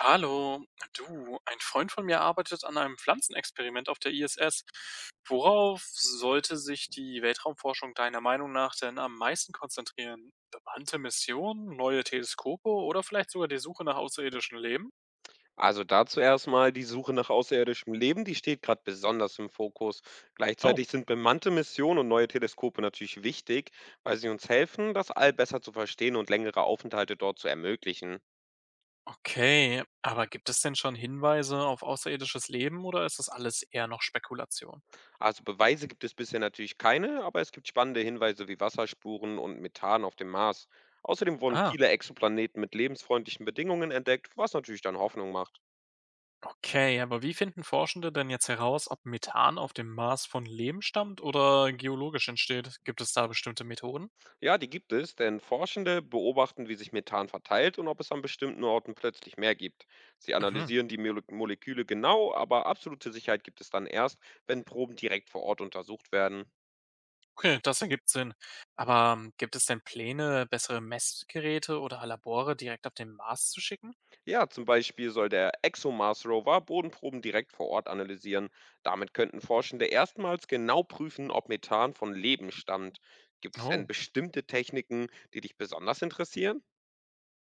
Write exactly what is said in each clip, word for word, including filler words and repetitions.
Hallo, du, ein Freund von mir arbeitet an einem Pflanzenexperiment auf der I S S. Worauf sollte sich die Weltraumforschung deiner Meinung nach denn am meisten konzentrieren? Bemannte Missionen, neue Teleskope oder vielleicht sogar die Suche nach außerirdischem Leben? Also dazu erstmal die Suche nach außerirdischem Leben, die steht gerade besonders im Fokus. Oh, Gleichzeitig sind bemannte Missionen und neue Teleskope natürlich wichtig, weil sie uns helfen, das All besser zu verstehen und längere Aufenthalte dort zu ermöglichen. okay. Aber gibt es denn schon Hinweise auf außerirdisches Leben oder ist das alles eher noch Spekulation? Also Beweise gibt es bisher natürlich keine, aber es gibt spannende Hinweise wie Wasserspuren und Methan auf dem Mars. Außerdem wurden Ah, viele Exoplaneten mit lebensfreundlichen Bedingungen entdeckt, was natürlich dann Hoffnung macht. okay. Aber wie finden Forschende denn jetzt heraus, ob Methan auf dem Mars von Leben stammt oder geologisch entsteht? Gibt es da bestimmte Methoden? Ja, die gibt es, denn Forschende beobachten, wie sich Methan verteilt und ob es an bestimmten Orten plötzlich mehr gibt. Sie Mhm. analysieren die Mole- Moleküle genau, aber absolute Sicherheit gibt es dann erst, wenn Proben direkt vor Ort untersucht werden. Okay, das ergibt Sinn. Aber ähm, gibt es denn Pläne, bessere Messgeräte oder Labore direkt auf den Mars zu schicken? Ja, zum Beispiel soll der ExoMars-Rover Bodenproben direkt vor Ort analysieren. Damit könnten Forschende erstmals genau prüfen, ob Methan von Leben stammt. Gibt es denn Oh. bestimmte Techniken, die dich besonders interessieren?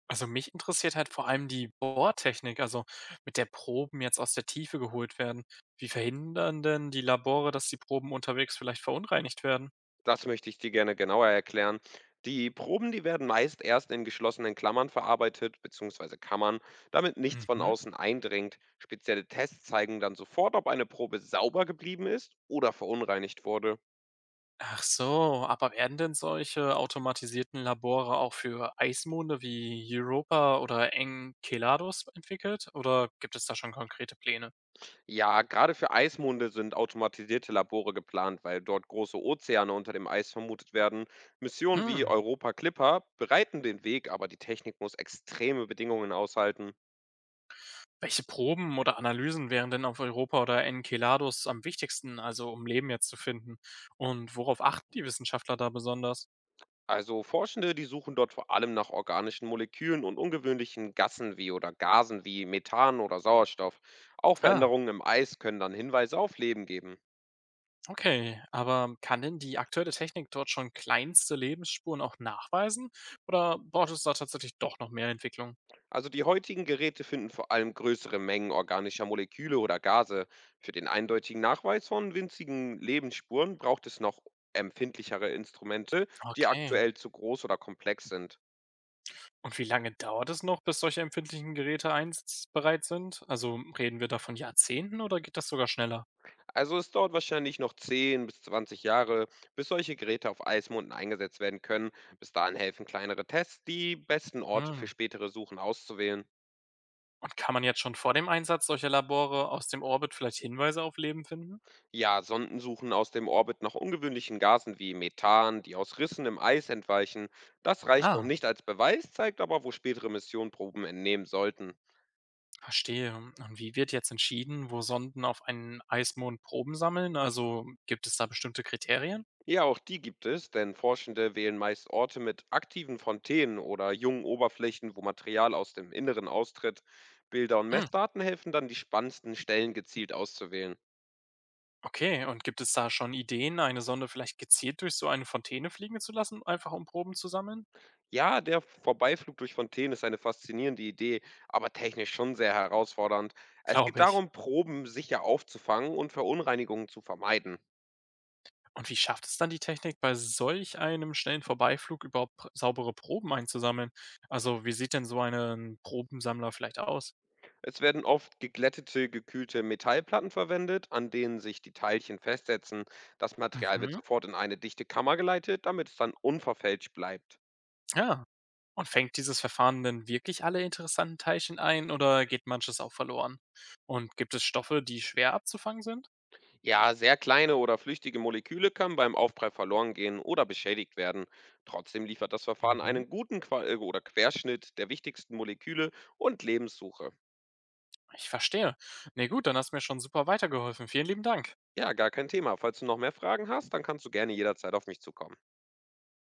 Also mich interessiert halt vor allem die Bohrtechnik, also mit der Proben jetzt aus der Tiefe geholt werden. Wie verhindern denn die Labore, dass die Proben unterwegs vielleicht verunreinigt werden? Das möchte ich dir gerne genauer erklären. Die Proben, die werden meist erst in geschlossenen Klammern verarbeitet bzw. Kammern, damit nichts von Mhm. außen eindringt. Spezielle Tests zeigen dann sofort, ob eine Probe sauber geblieben ist oder verunreinigt wurde. Ach so, aber werden denn solche automatisierten Labore auch für Eismonde wie Europa oder Enceladus entwickelt? Oder gibt es da schon konkrete Pläne? Ja, gerade für Eismonde sind automatisierte Labore geplant, weil dort große Ozeane unter dem Eis vermutet werden. Missionen wie Hm, Europa Clipper bereiten den Weg, aber die Technik muss extreme Bedingungen aushalten. welche Proben oder Analysen wären denn auf Europa oder Enceladus am wichtigsten, also um Leben jetzt zu finden? Und worauf achten die Wissenschaftler da besonders? Also Forschende, die suchen dort vor allem nach organischen Molekülen und ungewöhnlichen Gassen wie oder Gasen wie Methan oder Sauerstoff. Auch Ah, Veränderungen im Eis können dann Hinweise auf Leben geben. okay. Aber kann denn die aktuelle Technik dort schon kleinste Lebensspuren auch nachweisen? Oder braucht es da tatsächlich doch noch mehr Entwicklung? Also die heutigen Geräte finden vor allem größere Mengen organischer Moleküle oder Gase. Für den eindeutigen Nachweis von winzigen Lebensspuren braucht es noch empfindlichere Instrumente, die Okay. aktuell zu groß oder komplex sind. Und wie lange dauert es noch, bis solche empfindlichen Geräte einsatzbereit sind? Also reden wir da von Jahrzehnten oder geht das sogar schneller? Also es dauert wahrscheinlich noch zehn bis zwanzig Jahre, bis solche Geräte auf Eismonden eingesetzt werden können. Bis dahin helfen kleinere Tests, die besten Orte für Hm. spätere Suchen auszuwählen. Und kann man jetzt schon vor dem Einsatz solcher Labore aus dem Orbit vielleicht Hinweise auf Leben finden? Ja, Sonden suchen aus dem Orbit nach ungewöhnlichen Gasen wie Methan, die aus Rissen im Eis entweichen. Das reicht noch Ah, nicht als Beweis, zeigt aber, wo spätere Missionen Proben entnehmen sollten. verstehe. Und wie wird jetzt entschieden, wo Sonden auf einen Eismond Proben sammeln? Also gibt es da bestimmte Kriterien? Ja, auch die gibt es, denn Forschende wählen meist Orte mit aktiven Fontänen oder jungen Oberflächen, wo Material aus dem Inneren austritt. Bilder und Hm, Messdaten helfen dann, die spannendsten Stellen gezielt auszuwählen. okay. Und gibt es da schon Ideen, eine Sonde vielleicht gezielt durch so eine Fontäne fliegen zu lassen, einfach um Proben zu sammeln? Ja, der Vorbeiflug durch Fontänen ist eine faszinierende Idee, aber technisch schon sehr herausfordernd. Es geht Glaube ich. darum, Proben sicher aufzufangen und Verunreinigungen zu vermeiden. Und wie schafft es dann die Technik, bei solch einem schnellen Vorbeiflug überhaupt pr- saubere Proben einzusammeln? Also wie sieht denn so ein Probensammler vielleicht aus? Es werden oft geglättete, gekühlte Metallplatten verwendet, an denen sich die Teilchen festsetzen. Das Material wird Mhm. sofort in eine dichte Kammer geleitet, damit es dann unverfälscht bleibt. Ja, und fängt dieses Verfahren denn wirklich alle interessanten Teilchen ein oder geht manches auch verloren? Und gibt es Stoffe, die schwer abzufangen sind? Ja, sehr kleine oder flüchtige Moleküle können beim Aufprall verloren gehen oder beschädigt werden. Trotzdem liefert das Verfahren Mhm. einen guten Qua äh, oder Querschnitt der wichtigsten Moleküle und Lebenssuche. Ich verstehe. Nee, gut, dann hast du mir schon super weitergeholfen. Vielen lieben Dank. Ja, gar kein Thema. Falls du noch mehr Fragen hast, dann kannst du gerne jederzeit auf mich zukommen.